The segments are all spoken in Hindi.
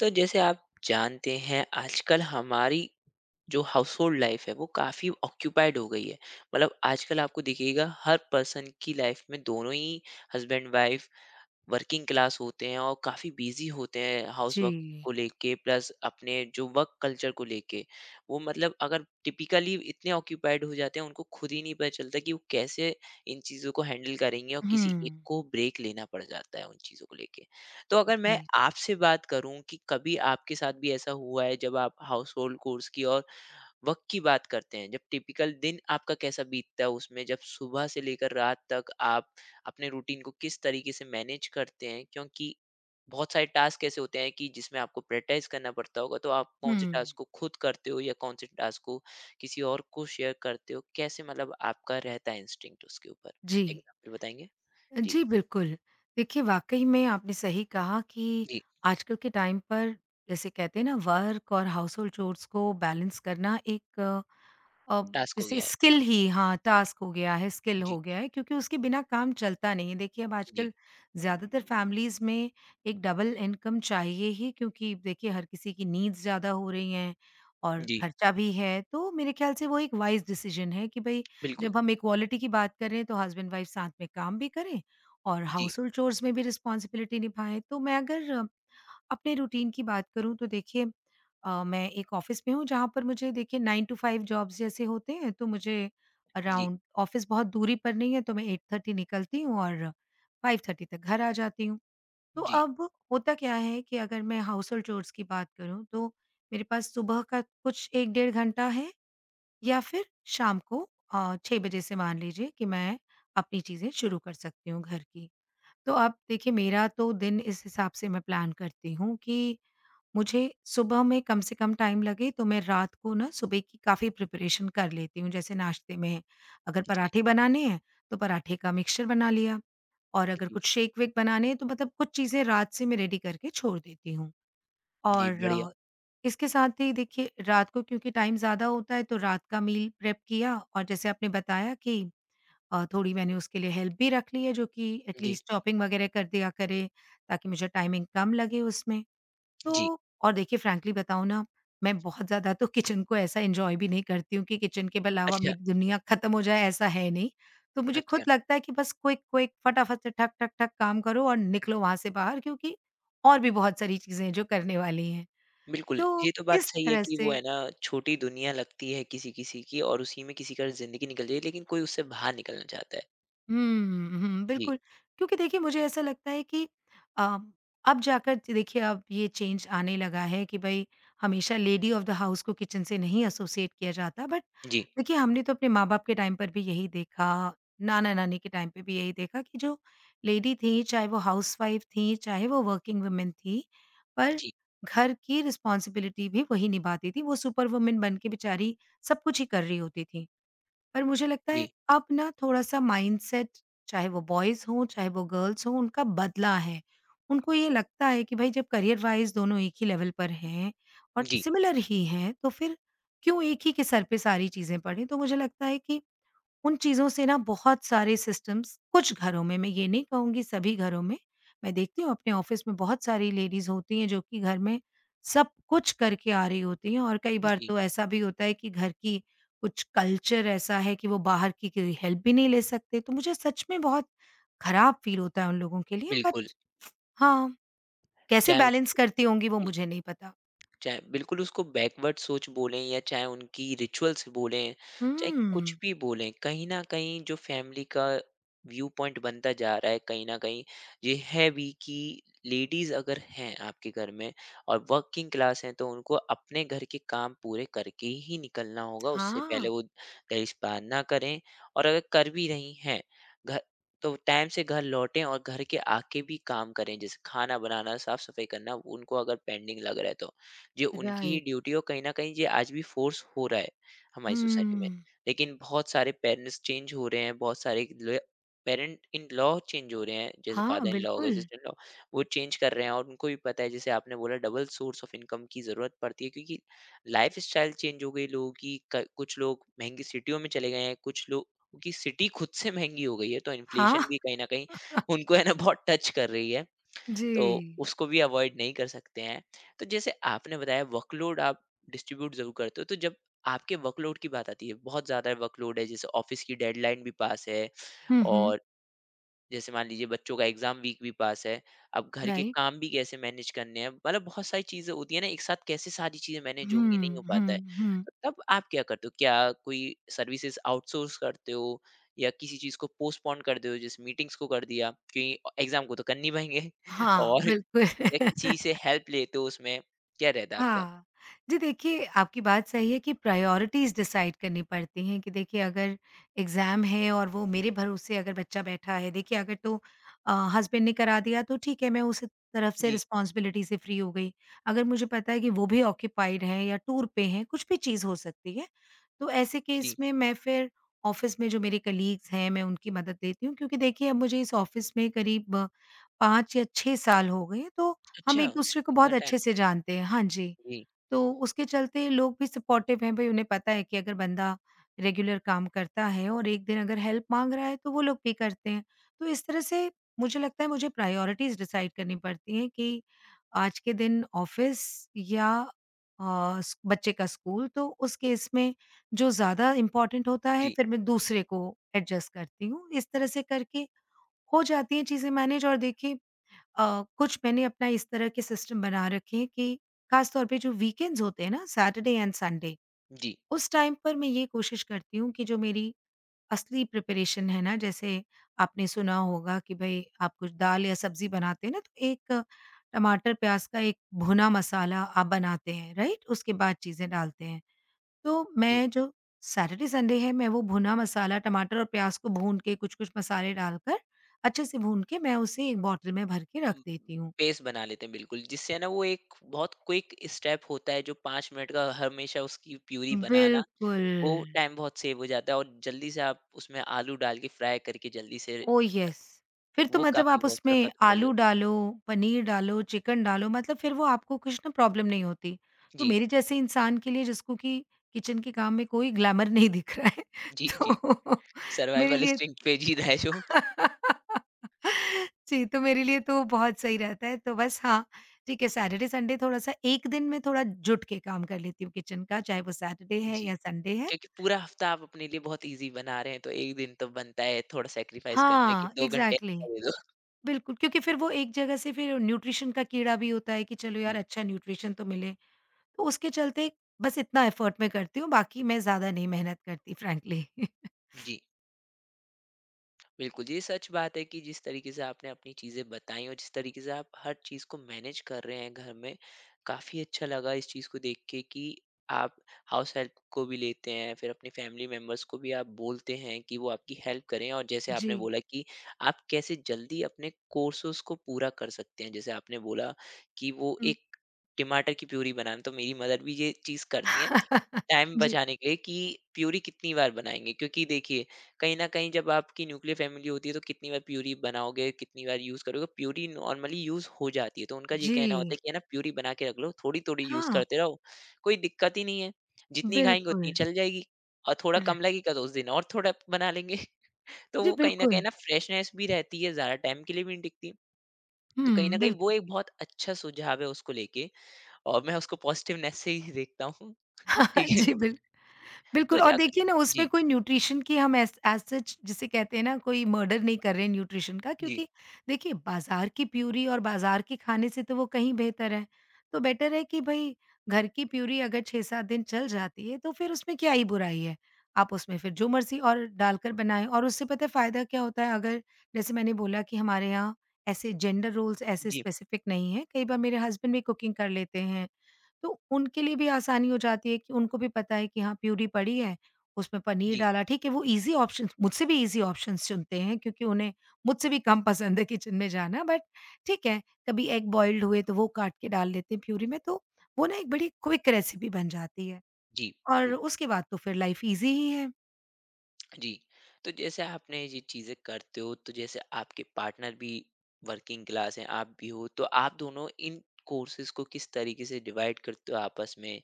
तो जैसे आप जानते हैं आजकल हमारी जो हाउस होल्ड लाइफ है वो काफ़ी ऑक्यूपाइड हो गई है। मतलब आजकल आपको दिखेगा हर पर्सन की लाइफ में दोनों ही हस्बैंड वाइफ वर्किंग क्लास होते हैं और काफ़ी बिज़ी होते हैं हाउस वर्क जी। को लेके प्लस अपने जो वर्क कल्चर को लेके। वो मतलब अगर टिपिकली इतने ऑक्यूपाइड हो जाते हैं उनको खुद ही नहीं पता चलता कि वो कैसे इन चीज़ों को हैंडल करेंगे और हुँ। किसी एक को ब्रेक लेना पड़ जाता है उन चीज़ों को लेके। तो अगर मैं जी। आपसे बात करूँ कि कभी आपके साथ भी ऐसा हुआ है जब आप हाउस होल्ड कोर्स की और वक़्त की बात करते हैं, जब टिपिकल दिन आपका कैसा बीतता है उसमें जब सुबह से लेकर रात तक आप अपने रूटीन को किस तरीके से मैनेज करते हैं? क्योंकि बहुत सारे टास्क ऐसे होते हैं कि जिसमें आपको प्रायोरिटाइज़ करना पड़ता होगा, तो आप कौन से हुँ। टास्क को खुद करते हो या कौन से टास्क को किसी और को शेयर करते हो? कैसे मतलब आपका रहता है इंस्टिंक्ट उसके ऊपर? जी। एग्ज़ाम्पल बताएँगे? जी, जी, बिल्कुल। देखिए, वाक़ई में आपने सही कहा कि जी, आजकल के टाइम पर जैसे कहते हैं ना, वर्क और हाउसहोल्ड चोर्स को बैलेंस करना एक अ, टास्क हो जैसे गया है। स्किल ही, हाँ, टास्क हो गया है, स्किल जी, हो गया है क्योंकि उसके बिना काम चलता नहीं है। देखिए, अब जी, आजकल ज़्यादातर फैमिलीज़ में एक डबल इनकम चाहिए ही, क्योंकि देखिए, हर किसी की नीड्स ज़्यादा हो रही हैं और जी, खर्चा भी है। तो मेरे ख़्याल से वो एक वाइज़ डिसीज़न है कि भई, बिल्कुल। जब हम इक्वालिटी की बात कर रहे हैं तो हस्बैंड-वाइफ साथ में काम भी करें और जी, हाउसहोल्ड चोर्स में भी रिस्पॉन्सिबिलिटी निभाएँ। तो मैं अगर अपने रूटीन की बात करूँ तो देखिए, मैं एक ऑफ़िस में हूँ जहाँ पर मुझे, देखिए, 9 टू 5 जॉब्स जैसे होते हैं, तो मुझे जी, अराउंड ऑफ़िस बहुत दूरी पर नहीं है, तो मैं 8:30 निकलती हूँ और 5:30 तक घर आ जाती हूँ। तो जी, अब होता क्या है कि अगर मैं हाउस होल्ड चोर्स की बात करूँ, तो मेरे पास सुबह का कुछ 1 डेढ़ घंटा है या फिर शाम को 6 बजे से, मान लीजिए कि मैं अपनी चीज़ें शुरू कर सकती हूँ घर की। तो अब देखिए, मेरा तो दिन इस हिसाब से मैं प्लान करती हूँ कि मुझे सुबह में कम से कम टाइम लगे, तो मैं रात को ना सुबह की काफ़ी प्रिपरेशन कर लेती हूँ। जैसे नाश्ते में अगर जी, पराठे बनाने हैं, तो पराठे का मिक्सचर बना लिया, और अगर जी, कुछ शेक-वेक बनाने हैं तो मतलब कुछ चीज़ें रात से मैं रेडी करके छोड़ देती हूँ। जी, और बढ़िया। इसके साथ ही, देखिए, रात को क्योंकि टाइम ज़्यादा होता है तो रात का मील प्रेप किया, और जैसे आपने बताया कि थोड़ी मैंने उसके लिए हेल्प भी रख ली है जो कि जी, एटलीस्ट चॉपिंग वगैरह कर दिया करे, ताकि मुझे टाइमिंग कम लगे उसमें। तो जी, और, देखिए, फ्रैंकली बताऊँ ना, मैं बहुत ज़्यादा तो किचन को ऐसा एन्जॉय भी नहीं करती हूँ कि किचन के अलावा अच्छा, मेरी दुनिया ख़त्म हो जाए, ऐसा है नहीं। तो मुझे खुद अच्छा। लगता है कि बस क्विक क्विक फटाफट से ठक, ठक, ठक काम करो और निकलो वहाँ से बाहर, क्योंकि और भी बहुत सारी चीज़ें हैं जो करने वाली हैं। बिल्कुल, ये तो तो बात इस सही है तरह कि वो से। है ना छोटी दुनिया लगती है किसी-किसी की और उसी में किसी का ज़िंदगी निकल जाएगी लेकिन कोई उससे बाहर निकलना चाहता है। हुँ, हुँ, जी, बिल्कुल। क्योंकि देखिए, मुझे ऐसा लगता है कि अ, अब जाकर, देखिए, अब ये चेंज आने लगा है कि भई, हमेशा लेडी ऑफ द हाउस को किचन से नहीं एसोसिएट किया जाता, बट जी, देखिए, हमने तो अपने माँ-बाप के टाइम पर भी यही देखा, नाना-नानी के टाइम पे भी यही देखा कि जो लेडी थी, चाहे वो हाउसवाइफ थी, चाहे वो वर्किंग वूमेन थी, पर जी, घर की रिस्पॉन्सिबिलिटी भी वही निभाती थी। वो सुपर वूमेन बन के, बेचारी, सब कुछ ही कर रही होती थी। पर मुझे लगता है जी, अब ना थोड़ा-सा माइंडसेट, चाहे वो बॉयज़ हों, चाहे वो गर्ल्स हों, उनका बदला है। उनको ये लगता है कि भाई, जब करियर वाइज़ दोनों एक ही लेवल पर हैं और जी, सिमिलर ही हैं, तो फिर क्यों एक ही के सर पे सारी चीज़ें पड़ें? तो मुझे लगता है कि उन चीज़ों से ना बहुत सारे सिस्टम्स कुछ घरों में, मैं ये नहीं कहूँगी सभी घरों में, मैं देखती हूँ अपने ऑफ़िस में बहुत सारी लेडीज़ होती हैं जो कि घर में सब कुछ करके आ रही होती हैं, और कई बार जी, तो ऐसा भी होता है कि घर की कुछ कल्चर ऐसा है कि वो बाहर की कोई हेल्प भी नहीं ले सकते, तो मुझे सच में बहुत खराब फ़ील होता है उन लोगों के लिए, बट बिल्कुल। हाँ, कैसे चाहे उस बैलेंस करती होंगी वो मुझे नहीं पता। चाहे बिल्कुल उसको बैकवर्ड सोच बोलें या चाहे उनकी रिचुअल्स बोलें, चाहे कुछ हुँ, भी बोलें, कहीं न कहीं जो फैमिली का व्यू पॉइंट बनता जा रहा है, कहीं न कहीं ये है भी कि लेडीज़ अगर हैं आपके घर में और वर्किंग क्लास हैं, तो उनको अपने घर के काम पूरे करके ही निकलना होगा, उससे हाँ, पहले वो दहेज़पान ना करें। और अगर कर भी रही हैं, घ तो टाइम से घर लौटें और घर के आके भी काम करें, जैसे खाना बनाना, साफ-सफाई करना, उनको अगर पेंडिंग लग रहा है तो। जो उनकी राइट। ड्यूटी हो कहीं ना कहीं ये आज भी फोर्स हो रहा है हमारी सोसाइटी में। हुँ, लेकिन बहुत सारे पेरेंट्स चेंज हो रहे हैं, बहुत सारे पेरेंट इन लॉ चेंज हो रहे हैं, जैसे हाँ, फादर इन लॉ बिल्कुल। असिस्टेंट लॉ, वो चेंज कर रहे हैं और उनको भी पता है जैसे आपने बोला डबल सोर्स ऑफ इनकम की ज़रूरत पड़ती है क्योंकि लाइफ स्टाइल चेंज हो गई लोगों की। कुछ लोग महंगी सिटियों में चले गए हैं, कुछ लोग की सिटी खुद से महंगी हो गई है, तो हाँ, इन्फ्लेशन भी कहीं ना कहीं उनको है ना बहुत टच कर रही है। जी। तो उसको भी अवॉइड नहीं कर सकते हैं। तो जैसे आपने बताया वर्कलोड आप डिस्ट्रीब्यूट ज़रूर करते हो, तो जब आपके वर्कलोड की बात आती है, बहुत ज़्यादा वर्कलोड है जैसे ऑफ़िस की डेडलाइन भी पास है हुँ, हुँ। और जैसे मान लीजिए बच्चों का एग्ज़ाम वीक भी पास है, अब घर के राइट। काम भी कैसे मैनेज करने हैं, मतलब बहुत सारी चीज़ें होती हैं ना एक साथ कैसे सारी चीज़ें मैनेज होंगी नहीं हुँ, हो हुँ, पाता है। हुँ। तो तब आप क्या करते हो? क्या कोई सर्विसेज़ आउटसोर्स करते हो या किसी चीज़ को पोस्टपोन कर दे हो जैसे मीटिंग्स को कर दिया कि एग्ज़ाम को तो करनी ही पड़ेंगे हाँ, और या बिल्कुल। किसी से हेल्प लेते हो उसमें? क्या रहता है आपका? हाँ। जी, देखिए, आपकी बात सही है कि प्रायोरिटीज़ डिसाइड करनी पड़ती हैं कि देखिए, अगर एग्ज़ाम है और वो मेरे भरोसे अगर बच्चा बैठा है, देखिए, अगर तो हस्बैंड ने करा दिया तो ठीक है, मैं उस तरफ से जी, रिस्पॉन्सिबिलिटी से फ्री हो गई। अगर मुझे पता है कि वो भी ऑक्यूपाइड हैं या टूर पे हैं, कुछ भी चीज़ हो सकती है, तो ऐसे जी। केस में मैं फिर ऑफ़िस में जो मेरे कलीग्स हैं, मैं उनकी मदद लेती हूँ, क्योंकि देखिए, अब मुझे इस ऑफ़िस में करीब 5 या 6 साल हो गए हैं, तो हम अच्छा, एक-दूसरे को इतना बहुत टाइम। अच्छे से जानते हैं। हाँ जी। जी, तो उसके चलते लोग भी सपोर्टिव हैं, भई, उन्हें पता है कि अगर बंदा रेगुलर काम करता है और एक दिन अगर हेल्प माँग रहा है, तो वो लोग भी करते हैं। तो इस तरह से मुझे लगता है मुझे प्रायोरिटीज़ डिसाइड करनी पड़ती हैं कि आज के दिन ऑफ़िस या अ, स बच्चे का स्कूल, तो उस केस में जो ज़्यादा इम्पोर्टेंट होता है, जी, फिर मैं दूसरे को एडजस्ट करती हूँ। इस तरह से करके हो जाती हैं चीज़ें मैनेज। और देखिए, कुछ मैंने अपना इस तरह के सिस्टम बना रखे हैं कि खास तौर पे जो वीकेंड्स होते हैं ना, सैटरडे एंड संडे, जी, उस टाइम पर मैं ये कोशिश करती हूँ कि जो मेरी असली प्रिपरेशन है ना, जैसे आपने सुना होगा कि भाई, आप कुछ दाल या सब्जी बनाते हैं ना, तो एक टमाटर प्याज का एक भुना मसाला आप बनाते हैं, राइट, उसके बाद चीजें डालते हैं। तो जी। मैं जो सैटरडे संडे है, मैं वो भुना मसाला टमाटर और प्याज को भून के, कुछ कुछ मसाले डालकर अच्छे से भून के, मैं उसे एक बॉटल में भर के रख उम, देती हूँ। पेस बना लेते हैं बिल्कुल, जिससे ना वो एक बहुत क्विक स्टेप होता है जो 5 मिनट का हमेशा उसकी प्यूरी बनाना, बिल्कुल। वो टाइम बहुत सेव हो जाता है और जल्दी से आप उसमें आलू डाल के फ्राई करके जल्दी से ओह यस! फिर तो वो मतलब काफ़ी आप बहुत उसमें रफत हो आलू जाता डालो, पनीर है। डालो, चिकन डालो, मतलब फिर वो आपको कुछ ना, प्रॉब्लम नहीं होती। तो जी, मेरे जैसे इंसान के लिए, जिसको कि किचन के काम में कोई ग्लैमर नहीं दिख रहा है, जी, जी। तो मेरे सर्वाइवल लिए, इंस्टिंक्ट पे जी रहे जो। जी, तो मेरे लिए तो बहुत सही रहता है। तो बस, हाँ, ठीक है, सैटरडे, संडे थोड़ा-सा एक दिन में थोड़ा जुट के काम कर लेती हूँ किचन का, चाहे वो सैटरडे है जी। या संडे है। क्योंकि पूरा हफ्ता आप अपने लिए बहुत ईज़ी बना रहे हैं, तो 1 दिन तो बनता है थोड़ा सैक्रिफाइस करना है कि हाँ, 2 घंटे एग्ज़ैक्टली। एक्स्ट्रा दे दो। बिल्कुल, क्योंकि फिर वो एक जगह से फिर न्यूट्रिशन का कीड़ा भी होता है कि चलो यार, जी, अच्छा न्यूट्रिशन तो मिले, तो उसके चलते बस इतना एफर्ट मैं करती हूँ, बाकी मैं ज़्यादा नहीं मेहनत करती, फ्रैंकली। जी। बिल्कुल, ये सच बात है कि जिस तरीके से आपने अपनी चीज़ें बताई और जिस तरीके से आप हर चीज़ को मैनेज कर रहे हैं घर में, काफ़ी अच्छा लगा इस चीज़ को देख के कि आप हाउस हेल्प को भी लेते हैं, फिर अपने फैमिली मेंबर्स को भी आप बोलते हैं कि वो आपकी हेल्प करें और जैसे जी। आपने बोला कि आप कैसे जल्दी अपने कोर्सेज़ को पूरा कर सकते हैं। जैसे आपने बोला कि वो एक टमाटर की प्यूरी बनाना, तो मेरी मदर भी ये चीज़ करती हैं, टाइम हुँ। जी। बचाने के लिए कि प्यूरी कितनी बार बनाएँगे क्योंकि देखिए कहीं न कहीं जब आपकी न्यूक्लियर फैमिली होती है तो कितनी बार प्यूरी बनाओगे, कितनी बार यूज़ करोगे, प्यूरी नॉर्मली यूज़ हो जाती है। तो उनका ये कहना होता है जी। कि है ना प्यूरी बना के रख लो, थोड़ी-थोड़ी यूज़ हाँ, करते रहो, कोई दिक्कत ही नहीं है। जितनी खाएँगे उतनी बिल्कुल। चल जाएगी और थोड़ा र कम लगेगा तो उस दिन और थोड़ा बना लेंगे। तो जी, वो कहीं न कहीं बिल्कुल। ना फ्रेशनेस भी रहती है, ज़्यादा टाइम के लिए भी नहीं टिकती। तो कहीं न हुँ, कहीं वो बिल्कुल। एक बहुत अच्छा सुझाव है उसको लेके और मैं उसको पॉज़िटिवनेस से ही देखता हूँ। ठीक है? जी, बिल्कुल। तो बिल्कुल, और जाक देखिए ना, उसमें जी, कोई न्यूट्रिशन की, हम एज सच जिसे कहते हैं ना, कोई मर्डर नहीं कर रहे हैं न्यूट्रिशन का, जी, क्योंकि देखिए, बाजार की प्यूरी और बाजार के खाने से तो वो कहीं बेहतर है। तो बेटर है कि भई, घर की प्यूरी अगर 6-7 दिन चल जाती है तो फिर उसमें क्या ही बुराई है? आप उसमें फिर जो मर्ज़ी और डालकर बनाएँ। और उससे पता है फ़ायदा क्या होता है? अगर, जैसे मैंने बोला कि हमारे यहाँ ऐसे जेंडर रोल्स ऐसे जी, स्पेसिफिक नहीं है। कई बार मेरे हस्बैंड भी कुकिंग कर लेते हैं। तो उनके लिए भी आसानी हो जाती है कि उनको भी पता है कि हाँ, प्यूरी पड़ी है, उसमें पनीर जी, डाला, ठीक है। वो ईज़ी ऑप्शंस, मुझसे भी ईज़ी ऑप्शंस चुनते हैं क्योंकि उन्हें मुझसे भी कम पसंद है किचन में जाना, बट ठीक है, कभी एग बॉइल्ड हुए तो वो काट के डाल लेते हैं प्यूरी में, तो वो ना एक बड़ी क्विक रेसिपी बन जाती है जी, और ट्रू। उसके बाद तो फिर लाइफ़ ईज़ी ही है। जी। तो जैसे आपने ये चीज़ें करते हो, तो जैसे आपके पार्टनर भी वर्किंग क्लास हैं, आप भी हो, तो आप दोनों इन कोर्सेज़ को किस तरीके से डिवाइड करते हो आपस में?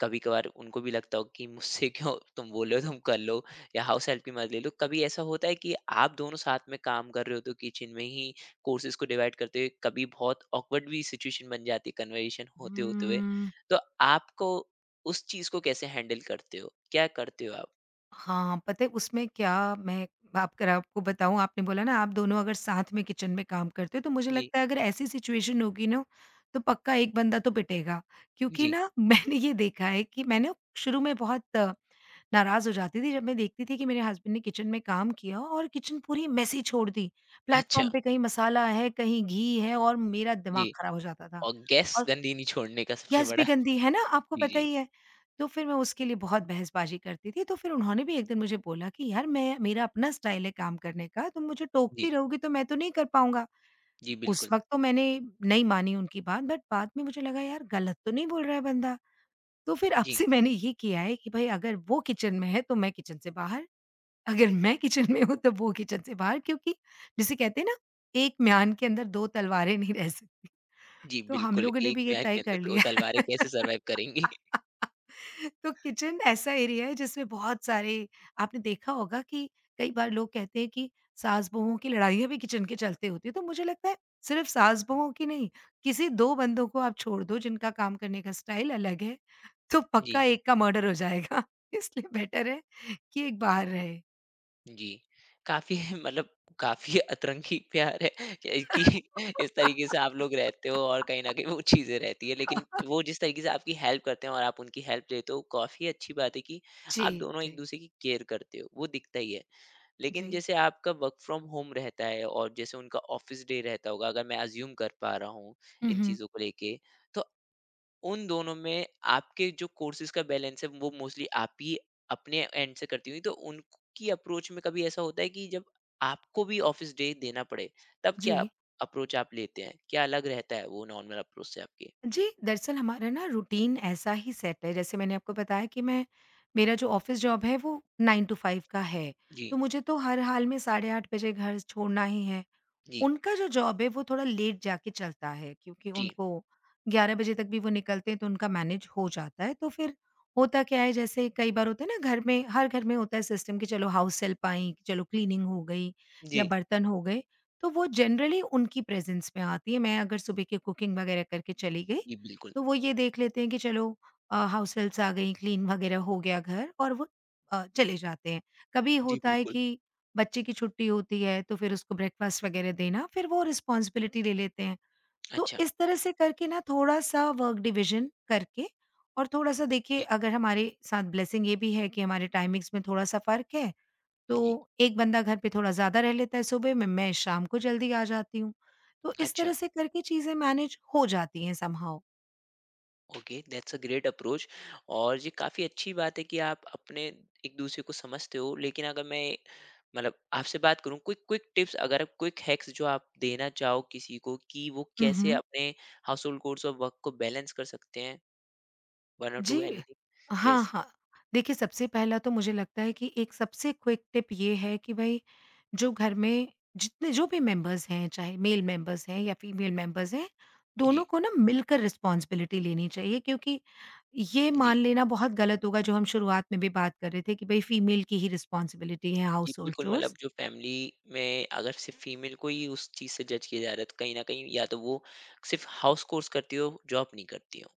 कभी-कभार उनको भी लगता हो कि मुझसे क्यों तुम बोल रहे हो, तुम कर लो या हाउस हेल्प की मदद ले लो। कभी ऐसा होता है कि आप दोनों साथ में काम कर रहे हो, तो किचन में ही कोर्सेज़ को डिवाइड करते हुए कभी बहुत ऑकवर्ड भी सिचुएशन बन जाती है कन्वर्सेशन होते-होते हुए। हुँ। तो आपको उस चीज़ को कैसे हैंडल करते हो? क्या करते हो आप? हाँ, पता है उसमें क्या, मैं आप, अगर आपको बताऊँ, आपने बोला ना, आप दोनों अगर साथ में किचन में काम करते हो तो मुझे जी, लगता है अगर ऐसी सिचुएशन होगी ना, तो पक्का एक बंदा तो पिटेगा। क्योंकि जी। ना, मैंने ये देखा है कि मैं ना शुरू में बहुत नाराज़ हो जाती थी जब मैं देखती थी कि मेरे हस्बैंड ने किचन में काम किया और किचन पूरी मेसी छोड़ दी। अच्छा। प्लेटफ़ॉर्म पे कहीं मसाला है, कहीं घी है, और मेरा दिमाग जी, ख़राब हो जाता था। और गैस और गंदी नहीं छोड़ने का सबसे गैस भी बड़ा। गंदी है ना, आपको जी, पता जी। ही है। तो फिर मैं उसके लिए बहुत बहसबाज़ी करती थी, तो फिर उन्होंने भी एक दिन मुझे बोला कि यार, मैं मेरा अपना स्टाइल है काम करने का, तुम मुझे जी, टोकती रहोगी तो मैं तो नहीं कर पाऊँगा। जी, उस बिल्कुल। वक़्त तो मैंने नहीं मानी उनकी बात, बट बाद में मुझे लगा, यार, गलत तो नहीं बोल रहा है बंदा। तो फिर अब जी, से मैंने ये किया है कि भई, अगर वो किचन में है तो मैं किचन से बाहर, अगर मैं किचन में हूँ तो वो किचन से बाहर, क्योंकि जिसे कहते हैं ना, एक म्यान के अंदर 2 तलवारें नहीं रह सकती। जी, तो हम बिल्कुल, लोगों ने एक भी ये प्यार के तय अंदर कर 2 लिया। तलवारें कैसे सर्वाइव करेंगी? तो किचन ऐसा एरिया है जिसमें बहुत सारे, आपने देखा होगा कि कई बार लोग कहते हैं कि सास बहुओं की लड़ाइयाँ भी किचन के चलते होती है तो मुझे लगता है सिर्फ सास बहुओं की नहीं, किसी दो बंदों को आप छोड़ दो जिनका काम करने का स्टाइल अलग है, तो पक्का जी, एक का मर्डर हो जाएगा। इसलिए बेटर है कि एक बाहर रहे। जी। काफ़ी मतलब काफ़ी अतरंगी प्यार है ए, कि इस तरीके से आप लोग रहते हो और कहीं न कहीं वो चीज़ें रहती है, लेकिन वो जिस तरीके से आपकी हेल्प करते हैं और आप उनकी हेल्प लेते हो, काफ़ी अच्छी बात है कि जी। आप दोनों जी। एक-दूसरे की केयर करते हो, वो दिखता ही है। लेकिन जी। जैसे आपका वर्क फ्रॉम होम रहता है और जैसे उनका ऑफिस डे रहता होगा अगर मैं अज्यूम कर पा रहा हूँ इन हम्म। चीज़ों को लेके, तो उन दोनों में आपके जो कोर्सेज का बैलेंस है वो मोस्टली आप ही अपने एंड से करती हुई, तो उनकी अप्रोच में कभी ऐसा होता है कि जब आपको भी ऑफिस डे देना पड़े, तब क्या जी। अप्रोच आप लेते हैं, क्या अलग रहता है वो नॉर्मल अप्रोच से आपके? जी, दरअसल हमारा ना रूटीन ऐसा ही सेट है, जैसे मैंने आपको बताया कि मैं मेरा जो ऑफ़िस जॉब है वो 9 टू 5 का है, जी, तो मुझे तो हर हाल में साढ़े 8 बजे घर छोड़ना ही है। जी, उनका जो जॉब है वो थोड़ा लेट जाके चलता है, क्योंकि जी, उनको 11 बजे तक भी वो निकलते हैं, तो उनका मैनेज हो जाता है। तो फिर होता क्या है, जैसे कई बार होता है ना घर में, हर घर में होता है सिस्टम, कि चलो हाउस हेल्प आई, कि चलो क्लीनिंग हो गई या जी, बर्तन हो गए, तो वो जनरली उनकी प्रेज़ेंस में आती है। मैं अगर सुबह की कुकिंग वगैरह करके चली गई, जी, बिल्कुल। तो वो ये देख लेते हैं कि चलो, हाउस हेल्प्स आ गई, क्लीन वगैरह हो गया घर, और वो चले जाते हैं। कभी जी, होता है बिल्कुल, कि बच्चे की छुट्टी होती है तो फिर उसको ब्रेकफास्ट वगैरह देना, फिर वो रिस्पॉन्सिबिलिटी ले लेते हैं। तो अच्छा। इस तरह से करके ना थोड़ा-सा वर्क डिवीज़न करके, और थोड़ा-सा, देखिए, जी, अगर हमारे साथ ब्लेसिंग ये भी है कि हमारे टाइमिंग्स में थोड़ा-सा फ़र्क है, जी, तो एक बंदा घर पे थोड़ा ज़्यादा रह लेता है सुबह में, मैं शाम को जल्दी आ जाती हूँ। तो इस अच्छा। तरह से करके चीज़ें मैनेज हो जाती हैं somehow. Okay that's a great approach. और ये काफ़ी अच्छी बात है कि आप अपने एक दूसरे को समझते हो। लेकिन अगर मैं मतलब आपसे बात करूं, क्विक क्विक टिप्स अगर आप, क्विक हैक्स जो आप देना चाहो किसी को कि वो हुँ, कैसे हुँ। अपने हाउस होल्ड कोर्स और वर्क को बैलेंस कर सकते हैं, वन और टू जी। एनीथिंग हाँ, यस। हाँ। देखिए, सबसे पहला तो मुझे लगता है कि एक सबसे क्विक टिप ये है कि भई, जो घर में जितने जो भी मेंबर्स हैं, चाहे मेल मेंबर्स हैं या फीमेल मेंबर्स हैं, जी, दोनों को ना मिलकर रिस्पॉन्सिबिलिटी लेनी चाहिए, क्योंकि ये जी, मान लेना बहुत गलत होगा, जो हम शुरुआत में भी बात कर रहे थे, कि भई फीमेल की ही रिस्पॉन्सिबिलिटी है जी, हाउस होल्ड बिल्कुल, मतलब चोर्स। जो फैमिली में अगर सिर्फ फीमेल को ही उस चीज़ से जज किया जा रहा है तो कहीं ना कहीं या तो वो सिर्फ हाउस कोर्स करती हो, जॉब नहीं करती हो।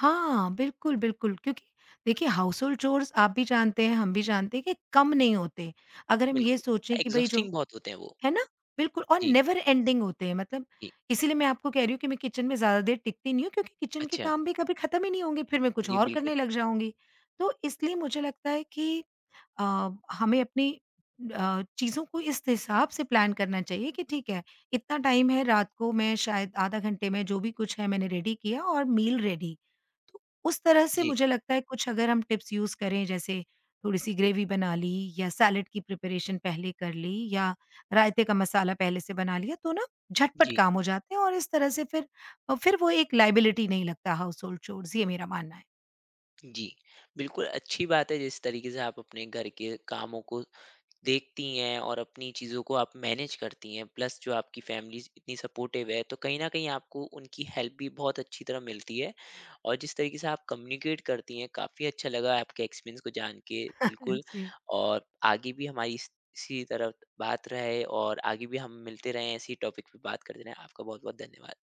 हाँ, बिल्कुल, बिल्कुल, क्योंकि देखिए, हाउस होल्ड चोर्स आप भी जानते हैं, हम भी जानते हैं कि कम नहीं होते। अगर हम ये बिल्कुल, सोचें कि भई जो, एग्जॉस्टिंग बहुत होते हैं वो। है ना? बिल्कुल, और जी, नेवर एंडिंग होते हैं, मतलब, जी, इसीलिए मैं आपको कह रही हूँ कि मैं किचन में ज़्यादा देर टिकती नहीं हूँ, क्योंकि किचन के अच्छा। काम भी कभी खत्म ही नहीं होंगे, फिर मैं कुछ जी, और बिल्कुल। करने लग जाऊँगी। तो इसलिए मुझे लगता है कि अ, हमें अपनी चीज़ों को इस हिसाब से प्लान करना चाहिए कि ठीक है, इतना टाइम है रात को, मैं शायद आधा घंटे में जो भी कुछ है मैंने रेडी किया और मील रेडी। तो उस तरह से जी, मुझे लगता है कुछ अगर हम टिप्स यूज़ करें, जैसे थोड़ी-सी ग्रेवी बना ली, या सैलेड की प्रिपरेशन पहले कर ली, या रायते का मसाला पहले से बना लिया, तो ना झटपट जी, काम हो जाते हैं और इस तरह से फिर फिर वो एक लायबिलिटी नहीं लगता हाउसहोल्ड चोर्स, ये मेरा मानना है। जी। बिल्कुल, अच्छी बात है जिस तरीके से आप अपने घर के कामों को देखती हैं और अपनी चीज़ों को आप मैनेज करती हैं, प्लस जो आपकी फैमिलीज़ इतनी सपोर्टिव है, तो कहीं न कहीं आपको उनकी हेल्प भी बहुत अच्छी तरह मिलती है। और जिस तरीके से आप कम्युनिकेट करती हैं, काफ़ी अच्छा लगा आपके एक्सपीरियंस को जान के, बिल्कुल। जी। और आगे भी हमारी इस इसी तरह बात रहे और आगे भी हम मिलते रहें, ऐसी टॉपिक पे बात करते रहें। आपका बहुत-बहुत धन्यवाद।